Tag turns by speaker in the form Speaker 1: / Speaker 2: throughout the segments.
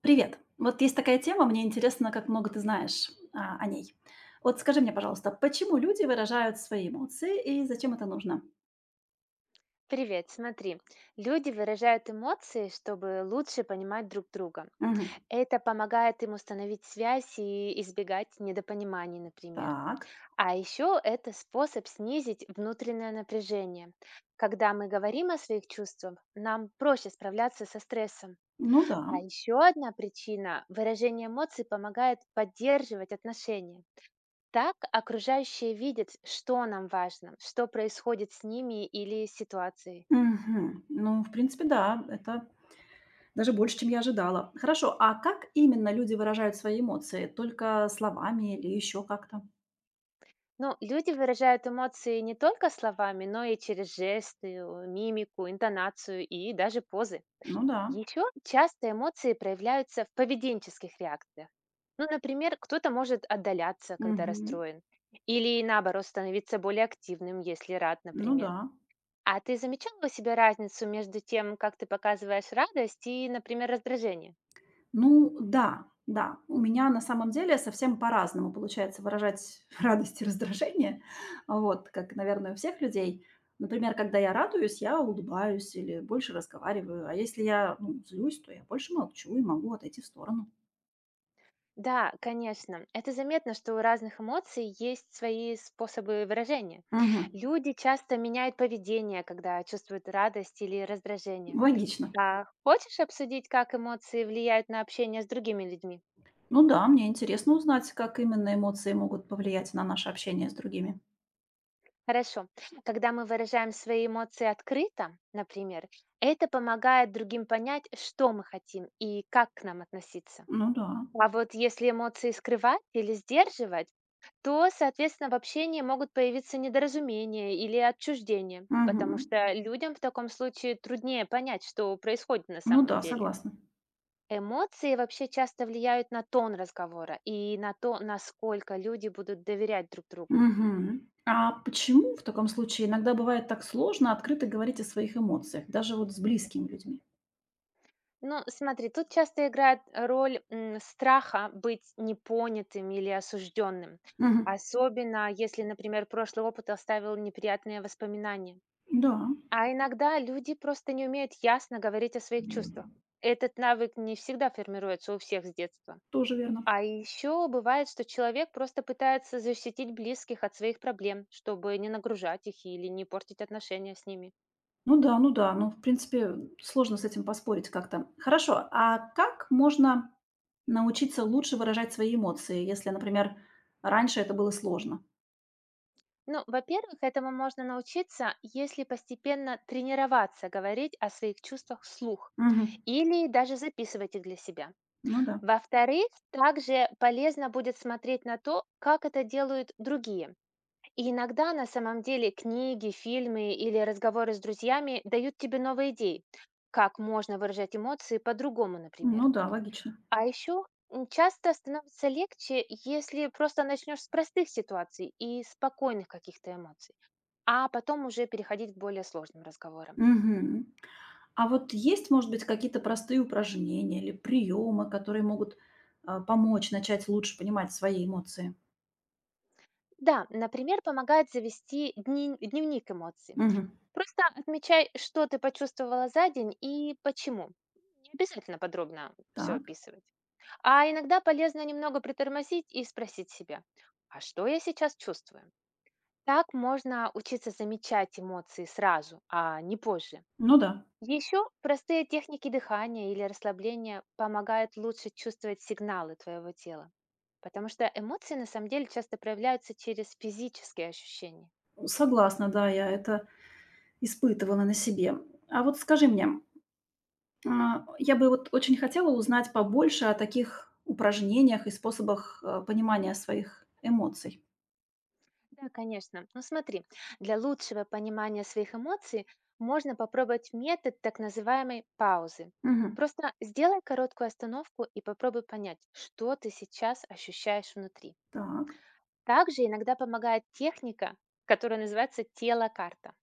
Speaker 1: Привет. Вот есть такая тема, мне интересно, как много ты знаешь о ней. Вот скажи мне, пожалуйста, почему люди выражают свои эмоции и зачем это нужно?
Speaker 2: Привет, смотри. Люди выражают эмоции, чтобы лучше понимать друг друга.
Speaker 1: Мгм.
Speaker 2: Это помогает им установить связь и избегать недопониманий, например.
Speaker 1: Так,
Speaker 2: А еще это способ снизить внутреннее напряжение. Когда мы говорим о своих чувствах, нам проще справляться со стрессом.
Speaker 1: ну да.
Speaker 2: А еще одна причина – выражение эмоций помогает поддерживать отношения. Так окружающие видят, что нам важно, что происходит с ними или ситуацией.
Speaker 1: Мгм. Ну, в принципе, да, это даже больше, чем я ожидала. Хорошо, а как именно люди выражают свои эмоции? Только словами или еще как-то?
Speaker 2: Ну, люди выражают эмоции не только словами, но и через жесты, мимику, интонацию и даже позы.
Speaker 1: Ну да.
Speaker 2: Еще часто эмоции проявляются в поведенческих реакциях. Ну, например, кто-то может отдаляться, когда
Speaker 1: Мгм.
Speaker 2: расстроен, или наоборот становиться более активным, если рад,
Speaker 1: Ну
Speaker 2: например.
Speaker 1: да.
Speaker 2: А ты замечал у себя разницу между тем, как ты показываешь радость и, например, раздражение?
Speaker 1: Ну да, да. У меня на самом деле совсем по-разному получается выражать радость и раздражение, вот, как, наверное, у всех людей. Например, когда я радуюсь, я улыбаюсь или больше разговариваю, а если я, ну, злюсь, то я больше молчу и могу отойти в сторону.
Speaker 2: Да, конечно. Это заметно, что у разных эмоций есть свои способы выражения.
Speaker 1: Мгм.
Speaker 2: Люди часто меняют поведение, когда чувствуют радость или раздражение.
Speaker 1: Логично.
Speaker 2: А хочешь обсудить, как эмоции влияют на общение с другими людьми?
Speaker 1: Ну да, мне интересно узнать, как именно эмоции могут повлиять на наше общение с другими.
Speaker 2: Хорошо. Когда мы выражаем свои эмоции открыто, например, это помогает другим понять, что мы хотим и как к нам относиться.
Speaker 1: Ну да.
Speaker 2: А вот если эмоции скрывать или сдерживать, то, соответственно, в общении могут появиться недоразумения или отчуждение,
Speaker 1: Мгм.
Speaker 2: потому что людям в таком случае труднее понять, что происходит на
Speaker 1: Ну
Speaker 2: самом
Speaker 1: да,
Speaker 2: деле.
Speaker 1: согласна.
Speaker 2: Эмоции вообще часто влияют на тон разговора и на то, насколько люди будут доверять друг другу.
Speaker 1: Мгм. А почему в таком случае иногда бывает так сложно открыто говорить о своих эмоциях, даже вот с близкими людьми?
Speaker 2: Ну, смотри, тут часто играет роль страха быть непонятым или осужденным,
Speaker 1: Мгм.
Speaker 2: особенно если, например, прошлый опыт оставил неприятные воспоминания.
Speaker 1: Да,
Speaker 2: А иногда люди просто не умеют ясно говорить о своих чувствах. Этот навык не всегда формируется у всех с детства.
Speaker 1: тоже верно.
Speaker 2: А еще бывает, что человек просто пытается защитить близких от своих проблем, чтобы не нагружать их или не портить отношения с ними.
Speaker 1: Ну да, ну да, ну, в принципе, сложно с этим поспорить как-то. Хорошо, а как можно научиться лучше выражать свои эмоции, если, например, раньше это было сложно?
Speaker 2: Ну, во-первых, этому можно научиться, если постепенно тренироваться говорить о своих чувствах вслух
Speaker 1: Мгм.
Speaker 2: или даже записывать их для себя.
Speaker 1: Ну да,
Speaker 2: Во-вторых, также полезно будет смотреть на то, как это делают другие. И иногда на самом деле книги, фильмы или разговоры с друзьями дают тебе новые идеи, как можно выражать эмоции по-другому, например.
Speaker 1: ну да, логично.
Speaker 2: А еще часто становится легче, если просто начнешь с простых ситуаций и спокойных каких-то эмоций, а потом уже переходить к более сложным разговорам.
Speaker 1: Мгм. А вот есть, может быть, какие-то простые упражнения или приемы, которые могут, помочь начать лучше понимать свои эмоции?
Speaker 2: Да, например, помогает завести дневник эмоций.
Speaker 1: Мгм.
Speaker 2: Просто отмечай, что ты почувствовала за день и почему. Не обязательно подробно все
Speaker 1: Так,
Speaker 2: описывать. А иногда полезно немного притормозить и спросить себя, а что я сейчас чувствую? Так можно учиться замечать эмоции сразу, а не позже.
Speaker 1: ну да,
Speaker 2: Еще простые техники дыхания или расслабления помогают лучше чувствовать сигналы твоего тела, потому что эмоции на самом деле часто проявляются через физические ощущения.
Speaker 1: согласна, да, я это испытывала на себе. А вот скажи мне, я бы вот очень хотела узнать побольше о таких упражнениях и способах, понимания своих эмоций.
Speaker 2: Да, конечно. Ну смотри, для лучшего понимания своих эмоций можно попробовать метод так называемой паузы.
Speaker 1: Мгм.
Speaker 2: Просто сделай короткую остановку и попробуй понять, что ты сейчас ощущаешь внутри.
Speaker 1: Так.
Speaker 2: Также иногда помогает техника, которая называется тело-карта.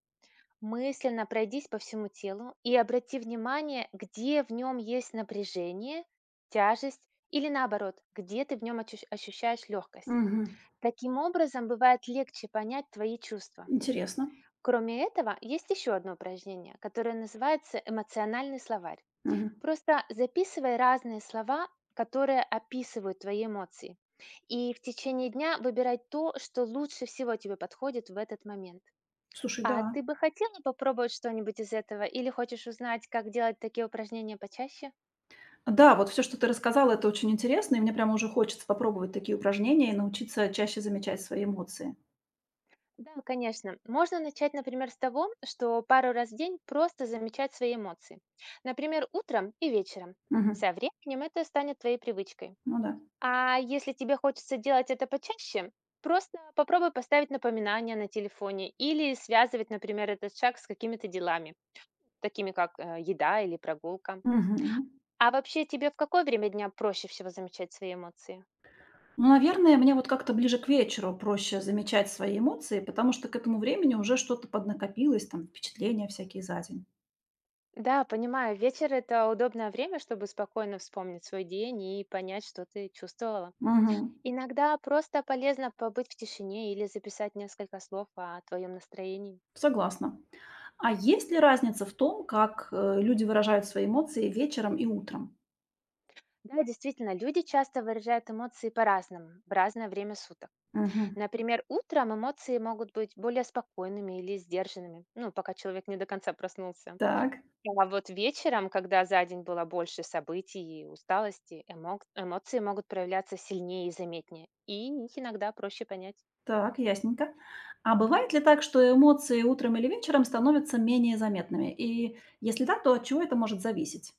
Speaker 2: Мысленно пройдись по всему телу и обрати внимание, где в нем есть напряжение, тяжесть или наоборот, где ты в нем ощущаешь легкость.
Speaker 1: Мгм.
Speaker 2: Таким образом, бывает легче понять твои чувства.
Speaker 1: Интересно.
Speaker 2: Кроме этого, есть еще одно упражнение, которое называется эмоциональный словарь.
Speaker 1: Мгм.
Speaker 2: Просто записывай разные слова, которые описывают твои эмоции. И в течение дня выбирай то, что лучше всего тебе подходит в этот момент.
Speaker 1: Слушай,
Speaker 2: А
Speaker 1: да.
Speaker 2: ты бы хотела попробовать что-нибудь из этого или хочешь узнать, как делать такие упражнения почаще?
Speaker 1: Да, вот все, что ты рассказала, это очень интересно, и мне прямо уже хочется попробовать такие упражнения и научиться чаще замечать свои эмоции.
Speaker 2: Да, конечно. Можно начать, например, с того, что пару раз в день просто замечать свои эмоции. Например, утром и вечером.
Speaker 1: Мгм.
Speaker 2: Со временем это станет твоей привычкой.
Speaker 1: Ну да.
Speaker 2: А если тебе хочется делать это почаще, просто попробуй поставить напоминание на телефоне или связывать, например, этот шаг с какими-то делами, такими как еда или прогулка.
Speaker 1: Мгм.
Speaker 2: А вообще тебе в какое время дня проще всего замечать свои эмоции?
Speaker 1: Ну, наверное, мне вот как-то ближе к вечеру проще замечать свои эмоции, потому что к этому времени уже что-то поднакопилось, там, впечатления всякие за день.
Speaker 2: Да, понимаю, вечер это удобное время, чтобы спокойно вспомнить свой день и понять, что ты чувствовала.
Speaker 1: Мгм.
Speaker 2: Иногда просто полезно побыть в тишине или записать несколько слов о твоем настроении.
Speaker 1: Согласна. А есть ли разница в том, как, люди выражают свои эмоции вечером и утром?
Speaker 2: Да, действительно, люди часто выражают эмоции по-разному, в разное время суток.
Speaker 1: Мгм.
Speaker 2: Например, утром эмоции могут быть более спокойными или сдержанными, ну, пока человек не до конца проснулся.
Speaker 1: Так.
Speaker 2: А вот вечером, когда за день было больше событий и усталости, эмоции могут проявляться сильнее и заметнее, и их иногда проще понять.
Speaker 1: Так, ясненько. А бывает ли так, что эмоции утром или вечером становятся менее заметными? И если да, то от чего это может зависеть?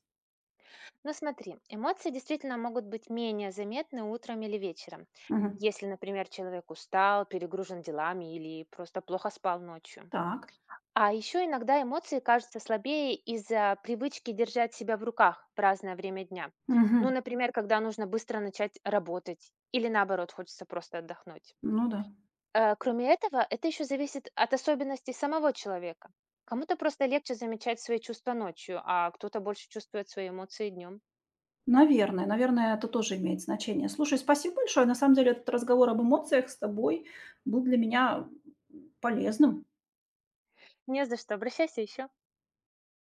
Speaker 2: Но смотри, эмоции действительно могут быть менее заметны утром или вечером,
Speaker 1: Мгм.
Speaker 2: если, например, человек устал, перегружен делами или просто плохо спал ночью.
Speaker 1: Так.
Speaker 2: А еще иногда эмоции кажутся слабее из-за привычки держать себя в руках в разное время дня. Ну,
Speaker 1: Мгм.
Speaker 2: например, когда нужно быстро начать работать или наоборот, хочется просто отдохнуть.
Speaker 1: Ну да.
Speaker 2: Кроме этого, это еще зависит от особенностей самого человека. Кому-то просто легче замечать свои чувства ночью, а кто-то больше чувствует свои эмоции днем.
Speaker 1: Наверное, наверное, это тоже имеет значение. Слушай, спасибо большое. На самом деле этот разговор об эмоциях с тобой был для меня полезным.
Speaker 2: Не за что, обращайся еще.